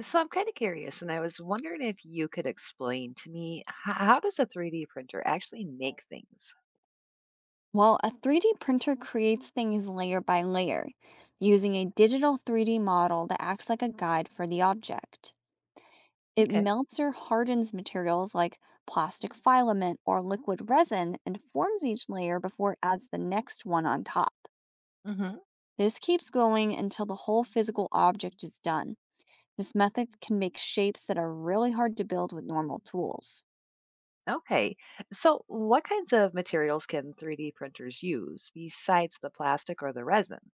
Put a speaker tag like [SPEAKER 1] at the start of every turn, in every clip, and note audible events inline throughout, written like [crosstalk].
[SPEAKER 1] So I'm kind of curious, and I was wondering if you could explain to me how does a 3D printer actually make things?
[SPEAKER 2] Well, a 3D printer creates things layer by layer, using a digital 3D model that acts like a guide for the object. It
[SPEAKER 1] Okay.
[SPEAKER 2] melts or hardens materials like plastic filament or liquid resin and forms each layer before it adds the next one on top.
[SPEAKER 1] Hmm.
[SPEAKER 2] This keeps going until the whole physical object is done. This method can make shapes that are really hard to build with normal tools.
[SPEAKER 1] Okay. So what kinds of materials can 3D printers use besides the plastic or the resin?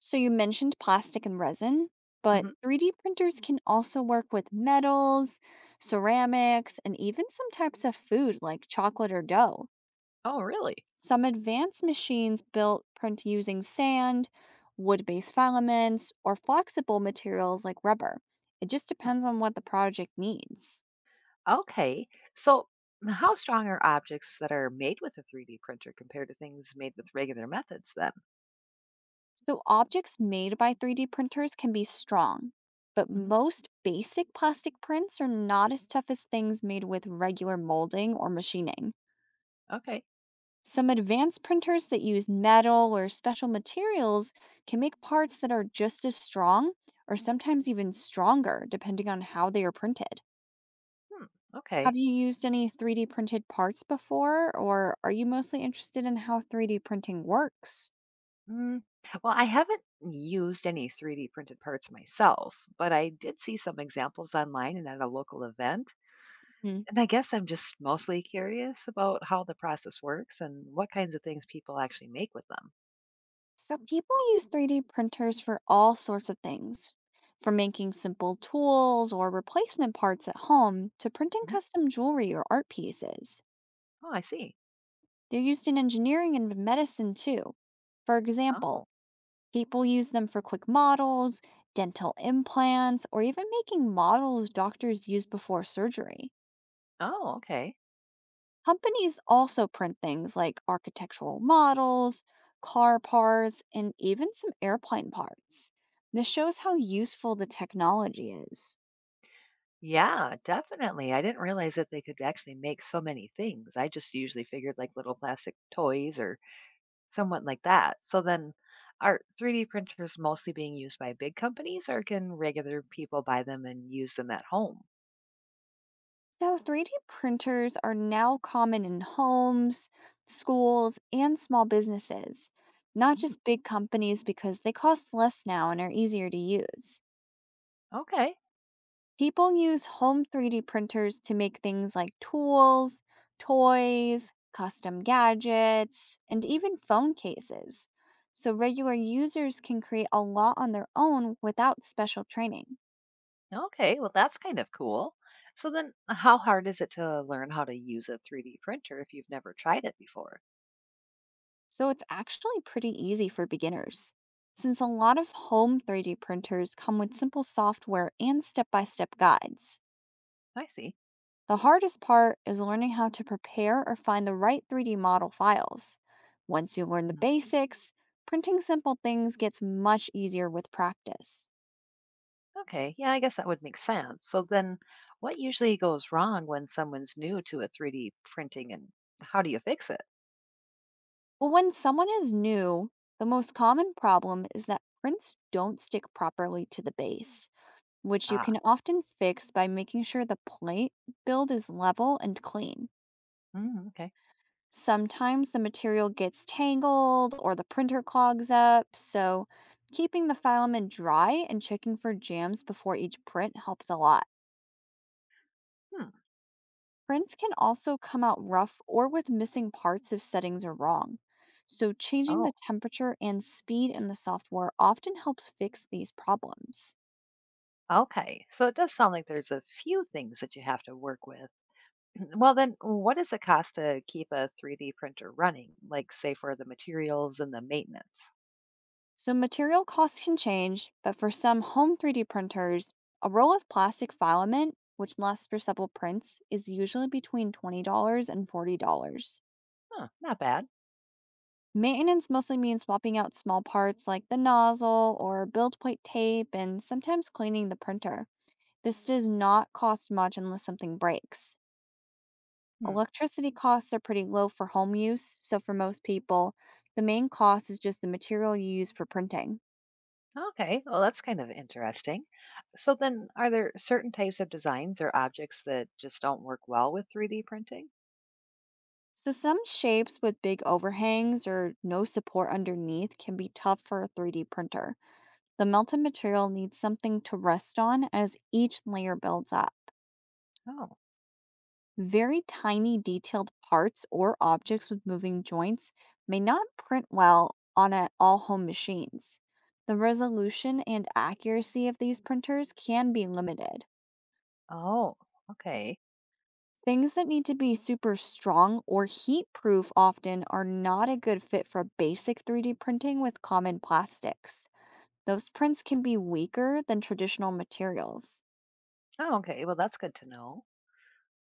[SPEAKER 2] So, you mentioned plastic and resin, but
[SPEAKER 1] Hmm.
[SPEAKER 2] 3D printers can also work with metals, ceramics, and even some types of food like chocolate or dough.
[SPEAKER 1] Oh, really?
[SPEAKER 2] Some advanced machines built print using sand, wood based filaments, or flexible materials like rubber. It just
[SPEAKER 1] Hmm.
[SPEAKER 2] depends on what the project needs.
[SPEAKER 1] Okay. So how strong are objects that are made with a 3D printer compared to things made with regular methods then?
[SPEAKER 2] So, objects made by 3D printers can be strong, but
[SPEAKER 1] Mhm.
[SPEAKER 2] most basic plastic prints are not as tough as things made with regular molding or machining.
[SPEAKER 1] Okay.
[SPEAKER 2] Some advanced printers that use metal or special materials can make parts that are just as strong or sometimes even stronger, depending on how they are printed.
[SPEAKER 1] Hmm. Okay.
[SPEAKER 2] Have you used any 3D printed parts before, or are you mostly interested in how 3D printing works?
[SPEAKER 1] Mm, well, I haven't used any 3D printed parts myself, but I did see some examples online and at a local event. And I guess I'm just mostly curious about how the process works and what kinds of things people actually make with them.
[SPEAKER 2] So people use 3D printers for all sorts of things, from making simple tools or replacement parts at home to printing
[SPEAKER 1] Mhm.
[SPEAKER 2] custom jewelry or art pieces.
[SPEAKER 1] Oh, I see.
[SPEAKER 2] They're used in engineering and medicine too. For example,
[SPEAKER 1] Oh,
[SPEAKER 2] people use them for quick models, dental implants, or even making models doctors use before surgery.
[SPEAKER 1] oh, okay.
[SPEAKER 2] Companies also print things like architectural models, car parts, and even some airplane parts. This shows how useful the technology is.
[SPEAKER 1] Yeah, definitely. I didn't realize that they could actually make so many things. I just usually figured like little plastic toys or somewhat like that. So then, are 3D printers mostly being used by big companies, or can regular people buy them and use them at home?
[SPEAKER 2] So, 3D printers are now common in homes, schools, and small businesses, not
[SPEAKER 1] Mm,
[SPEAKER 2] just big companies because they cost less now and are easier to use.
[SPEAKER 1] okay.
[SPEAKER 2] People use home 3D printers to make things like tools, toys, custom gadgets, and even phone cases. So, regular users can create a lot on their own without special training.
[SPEAKER 1] Okay, well, that's kind of cool. So then, how hard is it to learn how to use a 3D printer if you've never tried it before?
[SPEAKER 2] So, it's actually pretty easy for beginners, since a lot of home 3D printers come with simple software and step by step guides.
[SPEAKER 1] I see.
[SPEAKER 2] The hardest part is learning how to prepare or find the right 3D model files. Once you learn the
[SPEAKER 1] Mm,
[SPEAKER 2] basics, printing simple things gets much easier with practice.
[SPEAKER 1] okay. Yeah, I guess that would make sense. So then, what usually goes wrong when someone's new to a 3D printing, and how do you fix it?
[SPEAKER 2] But when someone is new, the most common problem is that prints don't stick properly to the base, which you
[SPEAKER 1] Ah,
[SPEAKER 2] can often fix by making sure the plate build is level and clean.
[SPEAKER 1] mm, okay.
[SPEAKER 2] Sometimes the material gets tangled or the printer clogs up, so keeping the filament dry and checking for jams before each print helps a lot.
[SPEAKER 1] Hmm.
[SPEAKER 2] Prints can also come out rough or with missing parts if settings are wrong. So, changing
[SPEAKER 1] Oh,
[SPEAKER 2] the temperature and speed in the software often helps fix these problems.
[SPEAKER 1] okay, so it does sound like there's a few things that you have to work with. [clears throat] Well, then, what does it cost to keep a 3D printer running? Like, say, for the materials and the maintenance?
[SPEAKER 2] So, material costs can change, but for some home 3D printers, a roll of plastic filament, which lasts for several prints, is usually between $20 and $40.
[SPEAKER 1] Huh, not bad.
[SPEAKER 2] Maintenance mostly means swapping out small parts like the nozzle or build plate tape and sometimes cleaning the printer. This does not cost much unless something breaks.
[SPEAKER 1] Hmm.
[SPEAKER 2] Electricity costs are pretty low for home use, so for most people, the main cost is just the material you use for printing.
[SPEAKER 1] Okay, well, that's kind of interesting. So then, are there certain types of designs or objects that just don't work well with 3D printing?
[SPEAKER 2] So, some shapes with big overhangs or no support underneath can be tough for a 3D printer. The melted material needs something to rest on as each layer builds up.
[SPEAKER 1] Oh,
[SPEAKER 2] Very tiny, detailed parts or objects with moving joints may not print well on all home machines. The resolution and accuracy of these printers can be limited.
[SPEAKER 1] oh, okay.
[SPEAKER 2] Things that need to be super strong or heat proof often are not a good fit for basic 3D printing with common plastics. Those prints can be weaker than traditional materials.
[SPEAKER 1] Oh, okay, well, that's good to know.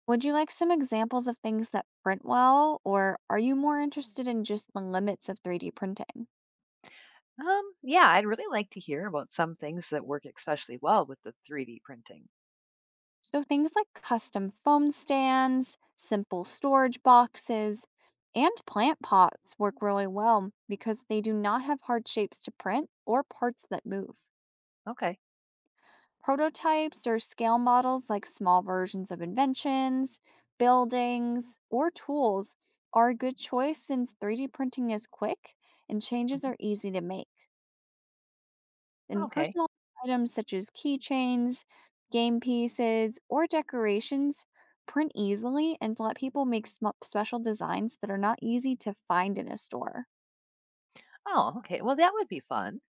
[SPEAKER 2] Would you like some examples of things that print well, or are you more interested in just the limits of 3D printing?
[SPEAKER 1] Yeah, I'd really like to hear about some things that work especially well with the 3D printing.
[SPEAKER 2] So, things like custom foam stands, simple storage boxes, and plant pots work really well because they do not have hard shapes to print or parts that move.
[SPEAKER 1] Okay.
[SPEAKER 2] Prototypes are scale models like small versions of inventions, buildings, or tools are a good choice since 3D printing is quick and changes
[SPEAKER 1] Mhm.
[SPEAKER 2] are easy to make. And
[SPEAKER 1] Okay.
[SPEAKER 2] personal items such as keychains, game pieces, or decorations print easily and let people make special designs that are not easy to find in a store.
[SPEAKER 1] Oh, okay, well, that would be fun.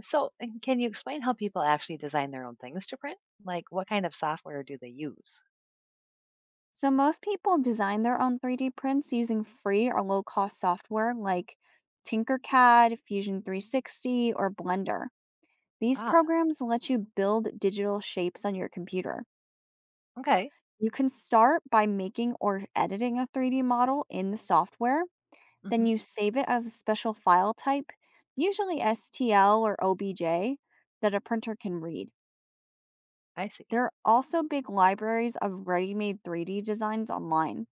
[SPEAKER 1] So, and can you explain how people actually design their own things to print? Like, what kind of software do they use?
[SPEAKER 2] So most people design their own 3D prints using free or low-cost software like Tinkercad, Fusion 360, or Blender. These
[SPEAKER 1] Ah,
[SPEAKER 2] programs let you build digital shapes on your computer.
[SPEAKER 1] okay.
[SPEAKER 2] You can start by making or editing a 3D model in the software, then
[SPEAKER 1] Hmm.
[SPEAKER 2] you save it as a special file type, usually STL or OBJ, that a printer can read.
[SPEAKER 1] I see.
[SPEAKER 2] There are also big libraries of ready made 3D designs online.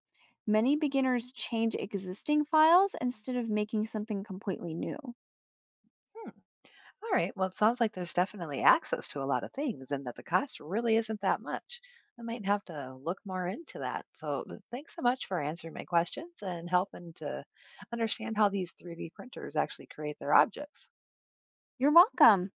[SPEAKER 2] Many beginners change existing files instead of making something completely new.
[SPEAKER 1] Hmm. All right. Well, it sounds like there's definitely access to a lot of things and that the cost really isn't that much. I might have to look more into that. So, thanks so much for answering my questions and helping to understand how these 3D printers actually create their objects.
[SPEAKER 2] You're welcome.